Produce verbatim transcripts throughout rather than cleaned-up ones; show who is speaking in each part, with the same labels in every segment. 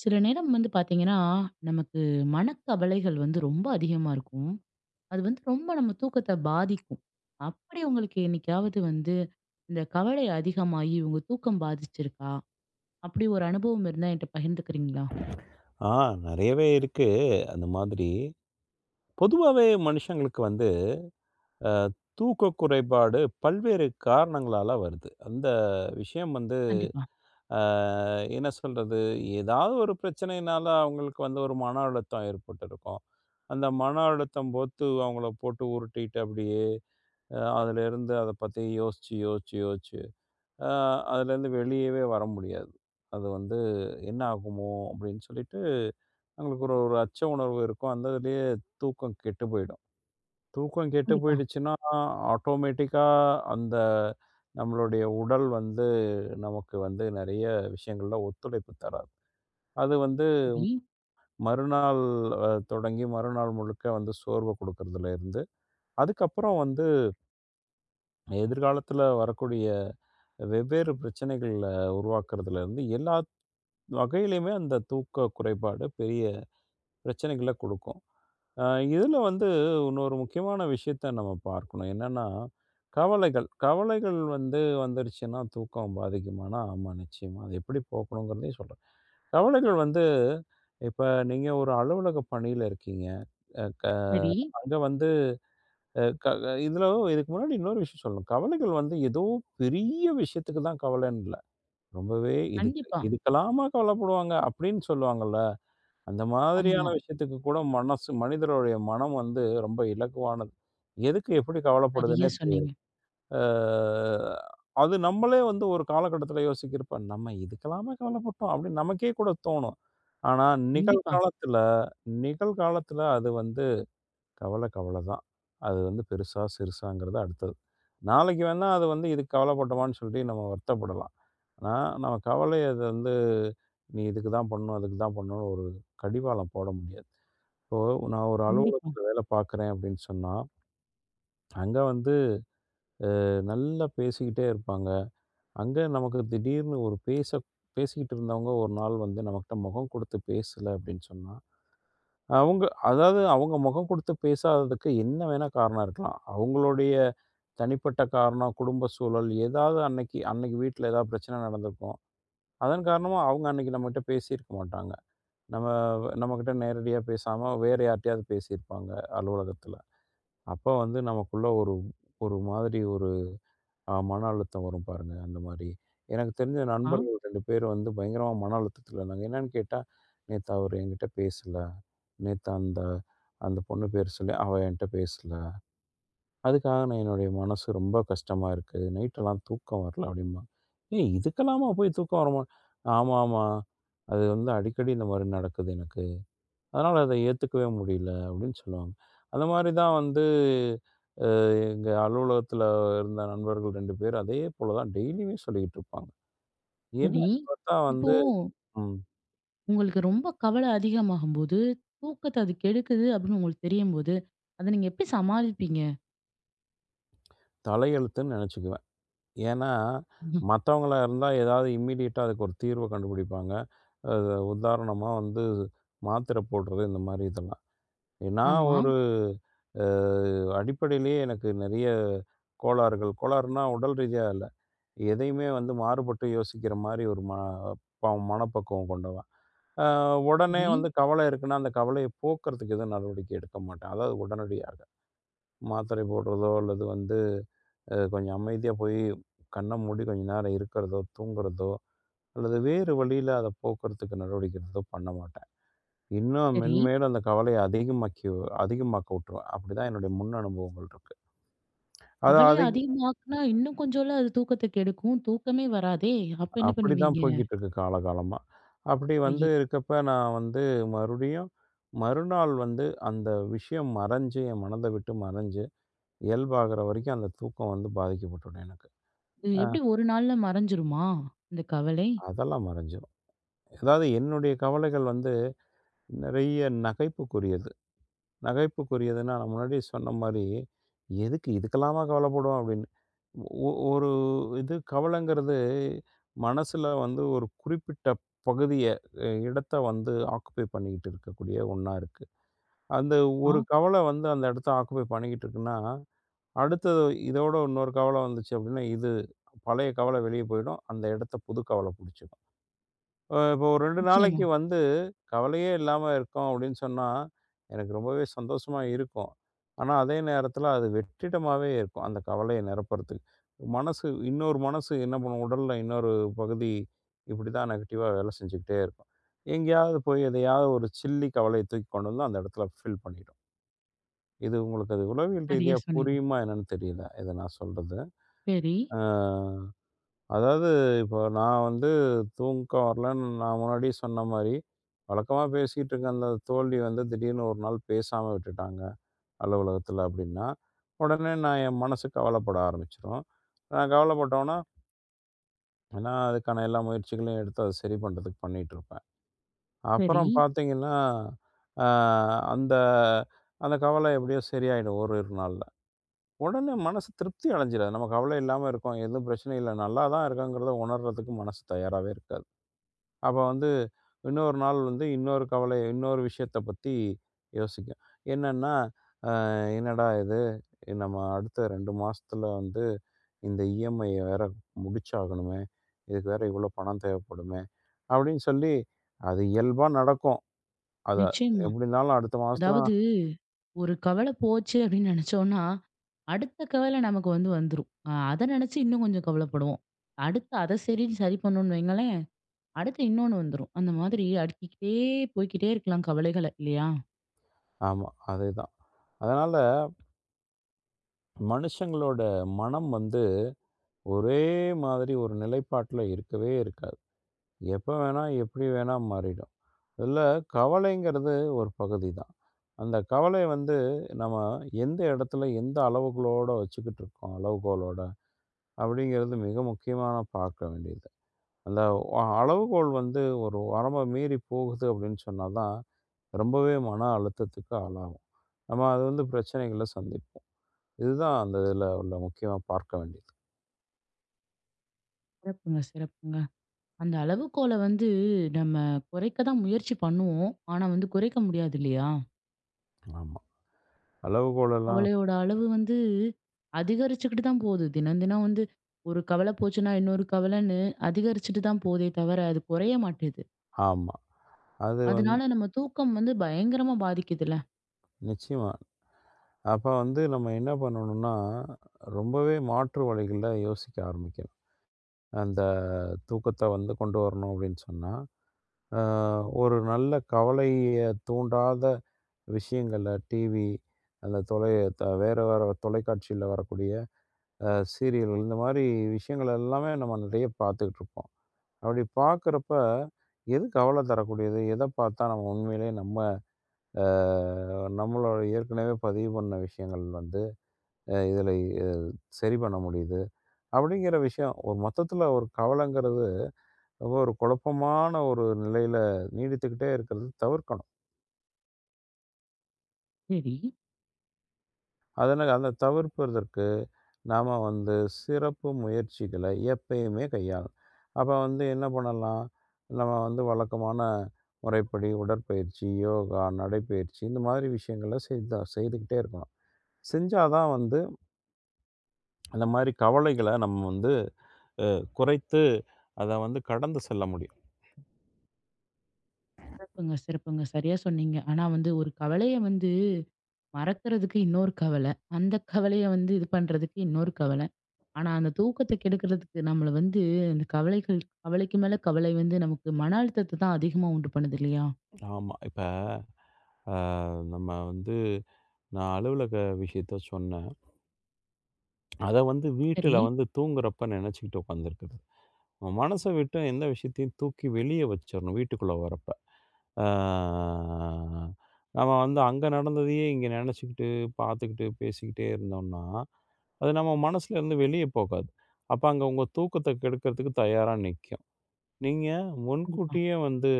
Speaker 1: சில நேரம் வந்து பாத்தீங்கன்னா, நமக்கு மனக்கவலைகள் வந்து ரொம்ப அதிகமா இருக்கும். அது வந்து ரொம்ப நம்ம தூக்கத்த பாதிக்கும். அப்படி உங்களுக்கு என்னைக்காவது வந்து, இந்த கவலை அதிகமாயி உங்க தூக்கம் பாதிச்சிருக்கா? அப்படி ஒரு அனுபவம் இருந்தா என்ட்ட பகிர்ந்துக்கிறீங்களா?
Speaker 2: ஆ நெறையவே இருக்கு. அந்த மாதிரி பொதுவாவே மனுஷங்களுக்கு வந்து அ தூக்க குறைபாடு பல்வேறு காரணங்களால வருது. அந்த விஷயம் வந்து
Speaker 1: கண்டிப்பா,
Speaker 2: அ என்ன சொல்றது? ஏதாவது ஒரு பிரச்சனையினால அவங்களுக்கு வந்து ஒரு மன அழுத்தம் ஏற்பட்டிருக்கும். அந்த மன அழுத்தம் போத்து அவங்கள போட்டு உருட்டிட்டு அப்படியே அ அதிலிருந்து அத பத்தி யோசிச்சு, யோசிச்சு, யோசிச்சு, அ அதிலேருந்து வெளியவே வர முடியாது. அது வந்து என்ன ஆகுமோ அப்படின்னு சொல்லிட்டு அவங்களுக்கு ஒரு ஒரு அச்ச உணர்வு இருக்கும். அந்த இதுலயே தூக்கம் கெட்டு போயிடும். தூக்கம் கெட்டு
Speaker 1: கண்டிப்பா.
Speaker 2: போயிடுச்சுன்னா, ஆட்டோமேட்டிக்கா அந்த நம்மளுடைய உடல் வந்து நமக்கு வந்து நெறைய விஷயங்கள்ல ஒத்துழைப்பு தராது. அது வந்து
Speaker 1: சரி,
Speaker 2: மறுநாள், அ தொடங்கி மறுநாள் முழுக்க வந்து சோர்வ குடுக்கறதுல இருந்து, அதுக்கப்புறம் வந்து எதிர்காலத்துல வரக்கூடிய வெவ்வேறு பிரச்சனைகள உருவாக்குறதுல இருந்து, எல்லா வகையிலயுமே அந்த தூக்க குறைபாடு பெரிய பிரச்சனைகள குடுக்கும். இதில் வந்து இன்னொரு முக்கியமான விஷயத்த நம்ம பார்க்கணும். என்னன்னா, கவலைகள் கவலைகள் வந்து வந்துருச்சுன்னா தூக்கம் பாதிக்குமானா, ஆமா நிச்சயமா. அது எப்படி போக்கணுங்கிறதையும் சொல்றேன். கவலைகள் வந்து இப்ப நீங்க ஒரு அலுவலக பணியில இருக்கீங்க. அ க
Speaker 1: சரி.
Speaker 2: அங்க வந்து அ க இதில இதுக்கு முன்னாடி இன்னொரு விஷயம் சொல்லணும். கவலைகள் வந்து ஏதோ பெரிய விஷயத்துக்கு தான் கவலைன்னு இல்ல. ரொம்பவே இதுக்கு
Speaker 1: கண்டிப்பா.
Speaker 2: இதுக்கெல்லாமா கவலைப்படுவாங்க அப்படின்னு சொல்லுவாங்கல்ல. அந்த மாதிரியான
Speaker 1: ஆமா.
Speaker 2: விஷயத்துக்கு கூட மனசு மனிதருடைய மனம் வந்து ரொம்ப இலகுவானது. எதுக்கு எப்படி
Speaker 1: சரியா
Speaker 2: கவலைப்படுதுன்னே தெரியல.
Speaker 1: சொன்னீங்க.
Speaker 2: அ அது நம்மளே வந்து ஒரு காலகட்டத்தில யோசிக்கிறப்ப, "நம்ம இதுக்கெல்லாமா கவலைப்பட்டோம்" அப்படின்னு நமக்கே கூட தோணும். ஆனா
Speaker 1: கண்டிப்பா,
Speaker 2: நிகழ்காலத்தில நிகழ்காலத்தில அது வந்து கவலை கவலை தான். அது வந்து பெருசா, சிறுசாங்கிறது அடுத்தது. நாளைக்கு வேணா அது வந்து இதுக்கு கவலைப்பட்டோமான்னு சொல்லி நம்ம வருத்தப்படலாம். ஆனா நம்ம கவலைய அது வந்து, "நீ இதுக்கு தான் பண்ணணும், அதுக்கு தான் பண்ணணும்னு" ஒரு கடிவாளம் போட முடியாது. இப்போ நான் ஒரு
Speaker 1: கண்டிப்பா.
Speaker 2: அலுவலகத்துல வேலை பார்க்குறேன் அப்படின்னு சொன்னா, அங்க வந்து நல்லா பேசிக்கிட்டே இருப்பாங்க. அங்க நமக்கு திடீர்னு ஒரு பேச பேசிக்கிட்டு இருந்தவங்க ஒரு நாள் வந்து நம்மகிட்ட முகம் கொடுத்து பேசல அப்படின்னு சொன்னா, அவங்க அதாவது அவங்க முகம் கொடுத்து பேசாததுக்கு என்ன வேணா காரணம் இருக்கலாம். அவங்களுடைய தனிப்பட்ட காரணம், குடும்ப சூழல் ஏதாவது அன்னைக்கு அன்னைக்கு வீட்ல ஏதாவது பிரச்சனை நடந்திருக்கும். அதன் காரணமா அவங்க அன்னைக்கு நம்மகிட்ட பேசியிருக்க மாட்டாங்க. நம்ம நம்மகிட்ட நேரடியா பேசாம வேற யார்ட்டயாவது பேசியிருப்பாங்க அலுவலகத்துல. அப்ப வந்து நமக்குள்ள ஒரு ஒரு மாதிரி ஒரு அ மன அழுத்தம் வரும் பாருங்க, அந்த மாரி. எனக்கு தெரிஞ்ச
Speaker 1: ஆ,
Speaker 2: நண்பர்கள் இரண்டு பேர் வந்து பயங்கரமா மன அழுத்தத்துல இருந்தாங்க. என்னன்னு கேட்டா, "நேத்து அவரு என்கிட்ட பேசல. நேத்து அந்த அந்த பொண்ணு பேர் சொல்லி, அவ என்கிட்ட பேசல. அதுக்காக நான் என்னுடைய மனசு ரொம்ப கஷ்டமா இருக்கு. நைட்டெல்லாம் தூக்கம் வரல" அப்படிம்பாங்க. "ஏய் இதுக்கெல்லாமா போய் தூக்கம் வருமா?" "ஆமாமா. அது வந்து அடிக்கடி இந்த மாரி நடக்குது எனக்கு." அதனால அத ஏத்துக்கவே முடியல அப்படின்னு சொல்லுவாங்க. அந்த மாரி தான் வந்து அ எங்க அலுவலகத்தில இருந்த நண்பர்கள் இரண்டு பேர் அதே போல தான் டெய்லியும் சொல்லிக்கிட்டு இருப்பாங்க.
Speaker 1: சரி.
Speaker 2: என்னன்னு பார்த்தா
Speaker 1: இப்போ
Speaker 2: வந்து ம்
Speaker 1: உங்களுக்கு ரொம்ப கவலை அதிகமாகும்போது, தூக்கத்த அது கெடுக்குது அப்படின்னு உங்களுக்கு தெரியும்போது, அத நீங்க எப்படி சமாளிப்பீங்க?
Speaker 2: தலையெழுத்துன்னு நெனச்சுக்குவேன். ஏன்னா மத்தவங்களா இருந்தா ஏதாவது இம்மீடியட்டா அதுக்கு ஒரு தீர்வ கண்டுபிடிப்பாங்க. அது உதாரணமா வந்து மாத்திரை போடுறது இந்த மாரி இதெல்லாம். நான்
Speaker 1: ஆமா.
Speaker 2: ஒரு அ அடிப்படையிலேயே எனக்கு நிறைய கோளாறுகள், கோளாறுனா உடல் ரீதியா இல்ல. எதையுமே வந்து மாறுபட்டு யோசிக்கிற மாரி ஒரு ம ப மனப்பக்குவம் கொண்டவன். அ உடனே
Speaker 1: சரி,
Speaker 2: வந்து கவலை இருக்குன்னா, அந்த கவலைய போக்குறதுக்கு எதுவும் நடவடிக்கை எடுக்க மாட்டேன். அதாவது உடனடியாக. மாத்திரை போடுறதோ அல்லது வந்து அ கொஞ்சம் அமைதியா போய் கண்ண மூடி கொஞ்ச நேரம் இருக்கிறதோ, தூங்குறதோ அல்லது வேறு வழியில அத போக்குறதுக்கு நடவடிக்கை எடுக்கிறதோ பண்ண மாட்டேன். இன்னும்
Speaker 1: சரி.
Speaker 2: மென்மேலும் அந்த கவலைய அதிகமாக்கி அதிகமாக்க விட்டுரும். அப்படிதான் என்னுடைய முன் அனுபவங்கள் இருக்கு. அது
Speaker 1: அவளே
Speaker 2: அதிக
Speaker 1: அதிகமாக்குனா இன்னும் கொஞ்சம்ல அது தூக்கத்த கெடுக்கும். தூக்கமே வராதே! அப்ப என்ன
Speaker 2: அப்படிதான்
Speaker 1: பண்ணுவீங்க?
Speaker 2: போய்க்கிட்டு இருக்கு காலகாலமா. அப்படி வந்து
Speaker 1: ஐய!
Speaker 2: இருக்கப்ப நான் வந்து மறுபடியும் மறுநாள் வந்து அந்த விஷயம் மறைஞ்சு, என் மனத விட்டு மறைஞ்சு, இயல்பாகுற வரைக்கும் அந்த தூக்கம் வந்து பாதிக்கப்பட்டுடும் எனக்கு.
Speaker 1: இது
Speaker 2: அ
Speaker 1: எப்படி ஒரு நாள்ல மறைஞ்சிருமா? இந்த கவலை?
Speaker 2: அதெல்லாம் மறைஞ்சிரும். அதாவது என்னுடைய கவலைகள் வந்து நெறைய நகைப்புக்குரியது. நகைப்புக்குரியதுன்னா நான் முன்னாடியே சொன்ன மாரி, "எதுக்கு இதுக்கெல்லாமா கவலைப்படுவோம்?" அப்படின்னு. ஒ ஒரு இது கவலைங்கிறது மனசுல வந்து ஒரு குறிப்பிட்ட பகுதிய, அ இடத்த வந்து ஆக்குபை பண்ணிக்கிட்டு இருக்கக்கூடிய ஒண்ணா இருக்கு. அந்த
Speaker 1: ஆ,
Speaker 2: ஒரு கவலை வந்து அந்த இடத்த ஆக்குபை பண்ணிக்கிட்டு இருக்குன்னா, அடுத்தது இதோட இன்னொரு கவலை வந்துச்சு அப்படின்னா, இது பழைய கவலை வெளிய போயிடும். அந்த இடத்த புது கவலை புடிச்சுக்கும். அ இப்போ ஒரு இரண்டு
Speaker 1: நிச்சயமா.
Speaker 2: நாளைக்கு வந்து கவலையே இல்லாம இருக்கோம் அப்படின்னு சொன்னா, எனக்கு ரொம்பவே சந்தோஷமா இருக்கும். ஆனா, அதே நேரத்தில அது வெற்றிடமாவே இருக்கும். அந்த கவலைய நிரப்புறதுக்கு. மனசு இன்னொரு மனசு என்ன பண்ணும், உடல்ல இன்னொரு பகுதி இப்படிதான் நெகட்டிவா வேலை செஞ்சுக்கிட்டே இருக்கும். எங்கேயாவது போய் எதையாவது ஒரு சில்லி கவலைய தூக்கி கொண்டு வந்து அந்த இடத்துல ஃபில் பண்ணிடும். இது உங்களுக்கு அது உளவியல்
Speaker 1: சரியா
Speaker 2: ரீதியா
Speaker 1: சொன்னீங்க.
Speaker 2: புரியுமா என்னன்னு தெரியல. இத நான் சொல்றது.
Speaker 1: சரி,
Speaker 2: ஆ. அதாவது இப்போ நான் வந்து தூக்கம் வரலன்னு நான் முன்னாடியே சொன்ன மாரி, வழக்கமா பேசிட்டு இருக்க அந்த தோழி வந்து திடீர்னு ஒரு நாள் பேசாம விட்டுட்டாங்க, அலுவலகத்தில அப்டின்னா, உடனே நான் என் மனசு கவலப்பட ஆரம்பிச்சுரும். நான் கவலப்பட்டோன்னா, நான் அதுக்கான எல்லா முயற்சிகளையும் எடுத்து அத சரி பண்றதுக்கு பண்ணிட்டுருப்பேன்.
Speaker 1: சரி.
Speaker 2: அப்புறம் பார்த்தீங்கன்னா, அ அந்த அந்த கவல எப்டியோ சரியாயிடும் ஓரிரு நாள்ல. உடனே மனசு திருப்தி அடைஞ்சிராது. நம்ம கவல இல்லாம இருக்கோம், எதுவும் பிரச்சனை இல்ல, நல்லா தான் இருக்கோங்கிறத உணர்றதுக்கு மனசு தயாராவே இருக்காது. அப்ப வந்து இன்னொரு நாள் வந்து இன்னொரு கவலை, இன்னொரு விஷயத்த பத்தி யோசிக்கும். என்னன்னா, அ என்னடா இது! நம்ம அடுத்த இரண்டு மாசத்துல வந்து இந்த ஈ எம் ஐ ய வேற முடிச்சாகணுமே! இதுக்கு வேற இவ்ளோ பணம் தேவைப்படுமே! அப்படின்னு சொல்லி அது இயல்பா நடக்கும். அத
Speaker 1: நிச்சயமா.
Speaker 2: எப்படி இருந்தாலும் அடுத்த மாசத்துல
Speaker 1: அதாவது ஒரு கவலை போச்சு அப்படின்னு நெனச்சோம்னா, அடுத்த கவலை நமக்கு வந்து வந்துரும். அ அத நெனச்சு இன்னும் கொஞ்சம் கவலைப்படுவோம். அடுத்து அத சரி சரி பண்ணோம்னு வைங்களேன், அடுத்து இன்னொன்னு வந்துரும். அந்த மாதிரி அடுக்கிக்கிட்டே போய்க்கிட்டே இருக்கலாம் கவலைகள இல்லையா?
Speaker 2: ஆமா, அதேதான். அதனால மனுஷங்களோட மனம் வந்து ஒரே மாதிரி ஒரு நிலைப்பாட்டுல இருக்கவே இருக்காது. எப்ப வேணா, எப்படி வேணா மாறிடும். இதில கவலைங்கிறது ஒரு பகுதி தான். அந்த கவலை வந்து நம்ம எந்த இடத்துல, எந்த அளவுகளோட வச்சுக்கிட்டு இருக்கோம், அளவுகோலோட அப்படிங்கிறது மிக முக்கியமான பார்க்க வேண்டியது. அந்த அ அளவுகோல் வந்து ஒரு வரம்ப மீறி போகுது அப்படின்னு சொன்னா தான், ரொம்பவே மன அழுத்தத்துக்கு ஆளாகும். நம்ம அது வந்து பிரச்சனைகள சந்திப்போம். இதுதான் அந்த இதில உள்ள முக்கியமா பார்க்க வேண்டியது.
Speaker 1: சிறப்புங்க, சிறப்புங்க. அந்த அளவுகோல வந்து நம்ம குறைக்க தான் முயற்சி பண்ணுவோம். ஆனா வந்து குறைக்க முடியாது இல்லையா?
Speaker 2: ஆமா. அளவுகோலெல்லாம்
Speaker 1: கவலையோட அளவு வந்து அதிகரிச்சுக்கிட்டு தான் போகுது. தினம் தினம் வந்து ஒரு கவலை போச்சுன்னா, இன்னொரு கவலைன்னு அதிகரிச்சுட்டு தான் போதே தவிர, அது குறைய மாட்டேது.
Speaker 2: ஆமா. அது வந்து
Speaker 1: அதனால நம்ம தூக்கம் வந்து பயங்கரமா பாதிக்குதுல்ல.
Speaker 2: நிச்சயமா. அப்ப வந்து நம்ம என்ன பண்ணணும்னா, ரொம்பவே மாற்று வழிகள்ல யோசிக்க ஆரம்பிக்கணும். அந்த தூக்கத்த வந்து கொண்டு வரணும் அப்படின்னு சொன்னா, அ ஒரு நல்ல கவலைய தூண்டாத விஷயங்கள டிவி, அந்த தொலை த வேற வேற தொலைக்காட்சியில வரக்கூடிய அ சீரியல்கள் இந்த மாரி விஷயங்கள் எல்லாமே நம்ம நெறைய பார்த்துக்கிட்டு இருப்போம். அப்படி பார்க்குறப்ப, எது கவலை தரக்கூடியது? எத பார்த்தா நம்ம உண்மையிலேயே நம்ம அ நம்மளோட ஏற்கனவே பதிவு பண்ண விஷயங்கள் வந்து அ இதில அ சரி பண்ண முடியுது. அப்படிங்கிற விஷயம் ஒரு மொத்தத்தில ஒரு கவலைங்கிறது ரொம்ப ஒரு குழப்பமான ஒரு நிலையில நீடித்துக்கிட்டே இருக்கிறது தவிர்க்கணும்.
Speaker 1: சரி.
Speaker 2: அதனால அந்த தவிர்ப்பதற்கு நாம வந்து சிறப்பு முயற்சிகள எப்பயுமே கையாளணும். அப்ப வந்து என்ன பண்ணலாம்? நம்ம வந்து வழக்கமான முறைப்படி உடற்பயிற்சி, யோகா, நடைப்பயிற்சி இந்த மாதிரி விஷயங்கள செய்தா செய்துகிட்டே இருக்கணும். செஞ்சா தான் வந்து அந்த மாரி கவலைகள நம்ம வந்து குறைத்து அத வந்து கடந்து செல்ல முடியும்.
Speaker 1: சிறப்புங்க, சிறப்புங்க. சரியா சொன்னீங்க. ஆனா வந்து ஒரு கவலைய வந்து மறக்கிறதுக்கு இன்னொரு கவலை. அந்த கவலைய வந்து இது பண்றதுக்கு இன்னொரு கவலை. ஆனா, அந்த தூக்கத்த கெடுக்கிறதுக்கு நம்மள வந்து அந்த கவலைகள் கவலைக்கு மேல கவலை வந்து நமக்கு மன அழுத்தத்த தான் அதிகமா உண்டு பண்ணுது இல்லையா?
Speaker 2: ஆமா. இப்ப அ நம்ம வந்து நான் அலுவலக விஷயத்த சொன்னேன். அத வந்து வீட்டுல
Speaker 1: சரி.
Speaker 2: வந்து தூங்குறப்ப நெனச்சுக்கிட்டு உட்காந்துருக்கிறது. நம்ம மனச விட்டு எந்த விஷயத்தையும் தூக்கி வெளிய வச்சிரணும் வீட்டுக்குள்ள வரப்ப. ஆ நம்ம வந்து அங்க நடந்ததையே இங்க நெனச்சுக்கிட்டு, பார்த்துக்கிட்டு, பேசிக்கிட்டே இருந்தோம்னா, அது நம்ம மனசுலருந்து வெளிய போகாது. அப்ப அங்க உங்க தூக்கத்த கெடுக்கிறதுக்கு தயாரா நிக்கும். நீங்க
Speaker 1: கண்டிப்பா.
Speaker 2: முன்கூட்டியே வந்து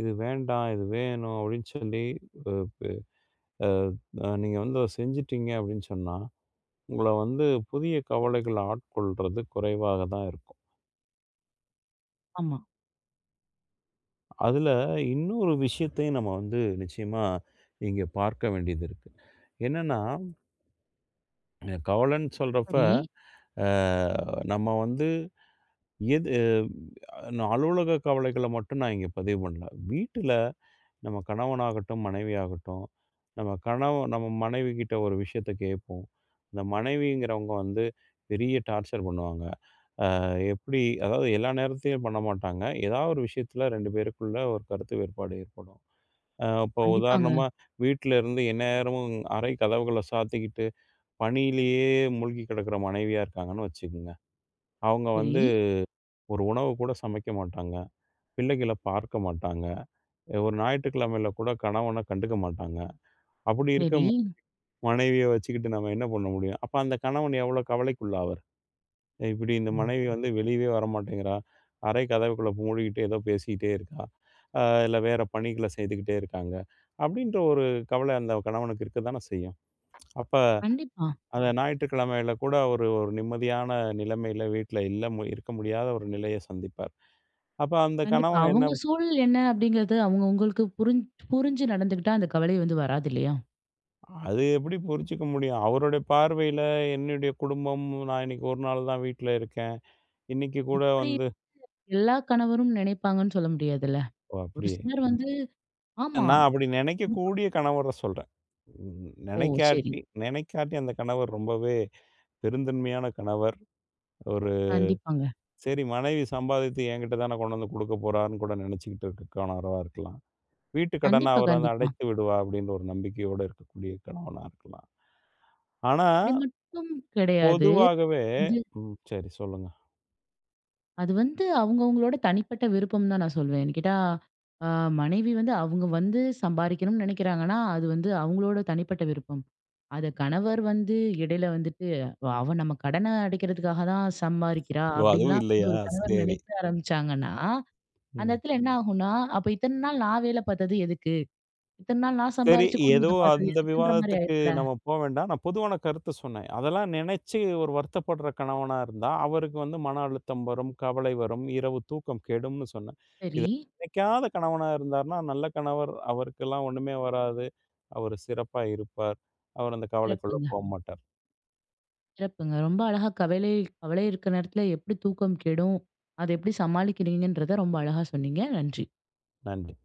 Speaker 2: இது வேண்டாம், இது வேணும் அப்படின்னு சொல்லி அ நீங்க வந்து அத செஞ்சுட்டீங்க அப்படின்னு சொன்னா, உங்கள வந்து புதிய கவலைகள் ஆட்கொள்றது குறைவாக தான் இருக்கும்.
Speaker 1: ஆமா.
Speaker 2: அதுல இன்னொரு விஷயத்தையும் நம்ம வந்து நிச்சயமா இங்க பார்க்க வேண்டியது இருக்கு. என்னன்னா, கவலைன்னு சொல்றப்ப,
Speaker 1: சரி.
Speaker 2: அ நம்ம வந்து எது நான் அலுவலக கவலைகள மட்டும் நான் இங்க பதிவு பண்ணல. வீட்டில நம்ம கணவனாகட்டும், மனைவியாகட்டும், நம்ம கணவன் நம்ம மனைவி கிட்ட ஒரு விஷயத்த கேட்போம். அந்த மனைவிங்கிறவங்க வந்து பெரிய டார்ச்சர் பண்ணுவாங்க. எப்படி அதாவது எல்லா நேரத்திலயும் பண்ண மாட்டாங்க. ஏதாவது ஒரு விஷயத்துல இரண்டு பேருக்குள்ள ஒரு கருத்து வேறுபாடு ஏற்படும். அ இப்போ
Speaker 1: கண்டிப்பாங்க.
Speaker 2: உதாரணமா, வீட்ல இருந்து எந்நேரமும் அறை கதவுகள சாத்திக்கிட்டு, பணியிலேயே மூழ்கி கிடக்கிற மனைவியா இருக்காங்கன்னு வச்சுக்கங்க. அவங்க
Speaker 1: சரி,
Speaker 2: வந்து ஒரு உணவு கூட சமைக்க மாட்டாங்க. பிள்ளைகள பார்க்க மாட்டாங்க. அஹ் ஒரு ஞாயிற்றுக்கிழமையில கூட கணவன கண்டுக்க மாட்டாங்க. அப்படி இருக்க
Speaker 1: சரி.
Speaker 2: மனைவிய வச்சுக்கிட்டு நம்ம என்ன பண்ண முடியும்? அப்ப அந்த கணவன் எவ்வளோ கவலைக்குள்ளாவார்? இப்படி இந்த
Speaker 1: ம்.
Speaker 2: மனைவி வந்து வெளியவே வரமாட்டேங்கிறா. அறை கதவுக்குள்ள மூடிக்கிட்டு ஏதோ பேசிக்கிட்டே இருக்கா. அ இல்ல வேற பணிகள செய்துகிட்டே இருக்காங்க. அப்படின்ற ஒரு கவலை அந்த கணவனுக்கு இருக்க தானே செய்யும். அப்ப
Speaker 1: கண்டிப்பா,
Speaker 2: அந்த ஞாயிற்றுக்கிழமையில கூட ஒரு ஒரு நிம்மதியான நிலைமையில வீட்ல இல்ல மு இருக்க முடியாத ஒரு நிலைய சந்திப்பார். அப்ப அந்த
Speaker 1: கண்டிப்பா.
Speaker 2: கணவன்
Speaker 1: அவங்க
Speaker 2: என்ன
Speaker 1: சூழல் என்ன அப்படிங்கிறது அவங்க உங்களுக்கு புரிஞ் புரிஞ்சு நடந்துக்கிட்டா அந்த கவலை வந்து வராது இல்லையா?
Speaker 2: அது எப்படி புரிஞ்சுக்க முடியும்? அவருடைய பார்வையில என்னுடைய குடும்பம் நான் இன்னைக்கு ஒரு நாள் தான் வீட்ல இருக்கேன். இன்னைக்கு கூட
Speaker 1: எப்படி
Speaker 2: வந்து
Speaker 1: எல்லா கணவரும் நினைப்பாங்கன்னு சொல்ல முடியாதுல்ல.
Speaker 2: ஓ!
Speaker 1: ஒரு
Speaker 2: அப்படியே.
Speaker 1: சிலர் வந்து ஆமா.
Speaker 2: நான் அப்படி
Speaker 1: கண்டிப்பா.
Speaker 2: நினைக்கக்கூடிய கணவர சொல்றேன். ம்
Speaker 1: ஓ! சரி.
Speaker 2: நினைக்காட்டி நினைக்காட்டி அந்த கணவர் ரொம்பவே பெருந்தன்மையான கணவர். ஒரு
Speaker 1: கண்டிப்பாங்க.
Speaker 2: சரி மனைவி சம்பாதித்து என்கிட்ட தானே கொண்டு வந்து குடுக்க போறான்னு கூட நினைச்சுக்கிட்டு இருக்க கணவரா இருக்கலாம். வீட்டு கடன
Speaker 1: கண்டிப்பா,
Speaker 2: அவர் வந்து
Speaker 1: கண்டிப்பா.
Speaker 2: அடைத்து விடுவா அப்படின்னு ஒரு நம்பிக்கையோட இருக்கக்கூடிய கணவனா இருக்கலாம். ஆனா
Speaker 1: அப்படி மட்டும் கிடையாது.
Speaker 2: பொதுவாகவே ம் சரி சொல்லுங்க.
Speaker 1: அது வந்து அவங்கவங்களோட தனிப்பட்ட விருப்பம் தான் நான் சொல்வேன். கேட்டா, அ மனைவி வந்து அவங்க வந்து சம்பாரிக்கணும்னு நினைக்கிறாங்கன்னா, அது வந்து அவங்களோட தனிப்பட்ட விருப்பம். அத கணவர் வந்து இடையில வந்துட்டு, "அவ அவ நம்ம கடன அடைக்கிறதுக்காக தான் சம்பாரிக்கிறா"
Speaker 2: ஓ! அதுவும்
Speaker 1: அப்படின்லாம் வந்து
Speaker 2: இல்லையா?
Speaker 1: ஒரு கணவர்
Speaker 2: சரி.
Speaker 1: நினைக்க ஆரம்பிச்சாங்கன்னா, அந்த
Speaker 2: ம்.
Speaker 1: இடத்துல என்ன ஆகும்னா, "அப்ப இத்தன நாள் நான் வேல பார்த்தது எதுக்கு? இத்தன நாள் நான்
Speaker 2: சரி,
Speaker 1: சம்பாரிச்சு
Speaker 2: ஏதோ
Speaker 1: குடும்பத்த பார்த்தது
Speaker 2: அந்த
Speaker 1: எதுக்குன்ற" மாரி
Speaker 2: விவாதத்துக்கு
Speaker 1: ஆயிரும்ல.
Speaker 2: நம்ம போ வேண்டாம். நான் பொதுவான கருத்து சொன்னேன். அதெல்லாம் நினைச்சு ஒரு வருத்தப்படுற கணவனா இருந்தா, அவருக்கு வந்து மன அழுத்தம் வரும், கவலை வரும், இரவு தூக்கம் கெடும்னு சொன்னேன்.
Speaker 1: சரி,
Speaker 2: இத நினைக்காத கணவனா இருந்தார்னா, நல்ல கணவர் அவருக்கெல்லாம் ஒண்ணுமே வராது. அவர் சிறப்பா இருப்பார். அவர் அந்த கவலைக்குள்ள
Speaker 1: சிறப்புங்க.
Speaker 2: போமாட்டார்.
Speaker 1: சிறப்புங்க. ரொம்ப அழகா கவலை கவலை இருக்க நேரத்துல எப்படி தூக்கம் கெடும், அத எப்படி சமாளிக்கிறீங்கன்றத ரொம்ப அழகா சொன்னீங்க. நன்றி.
Speaker 2: நன்றி.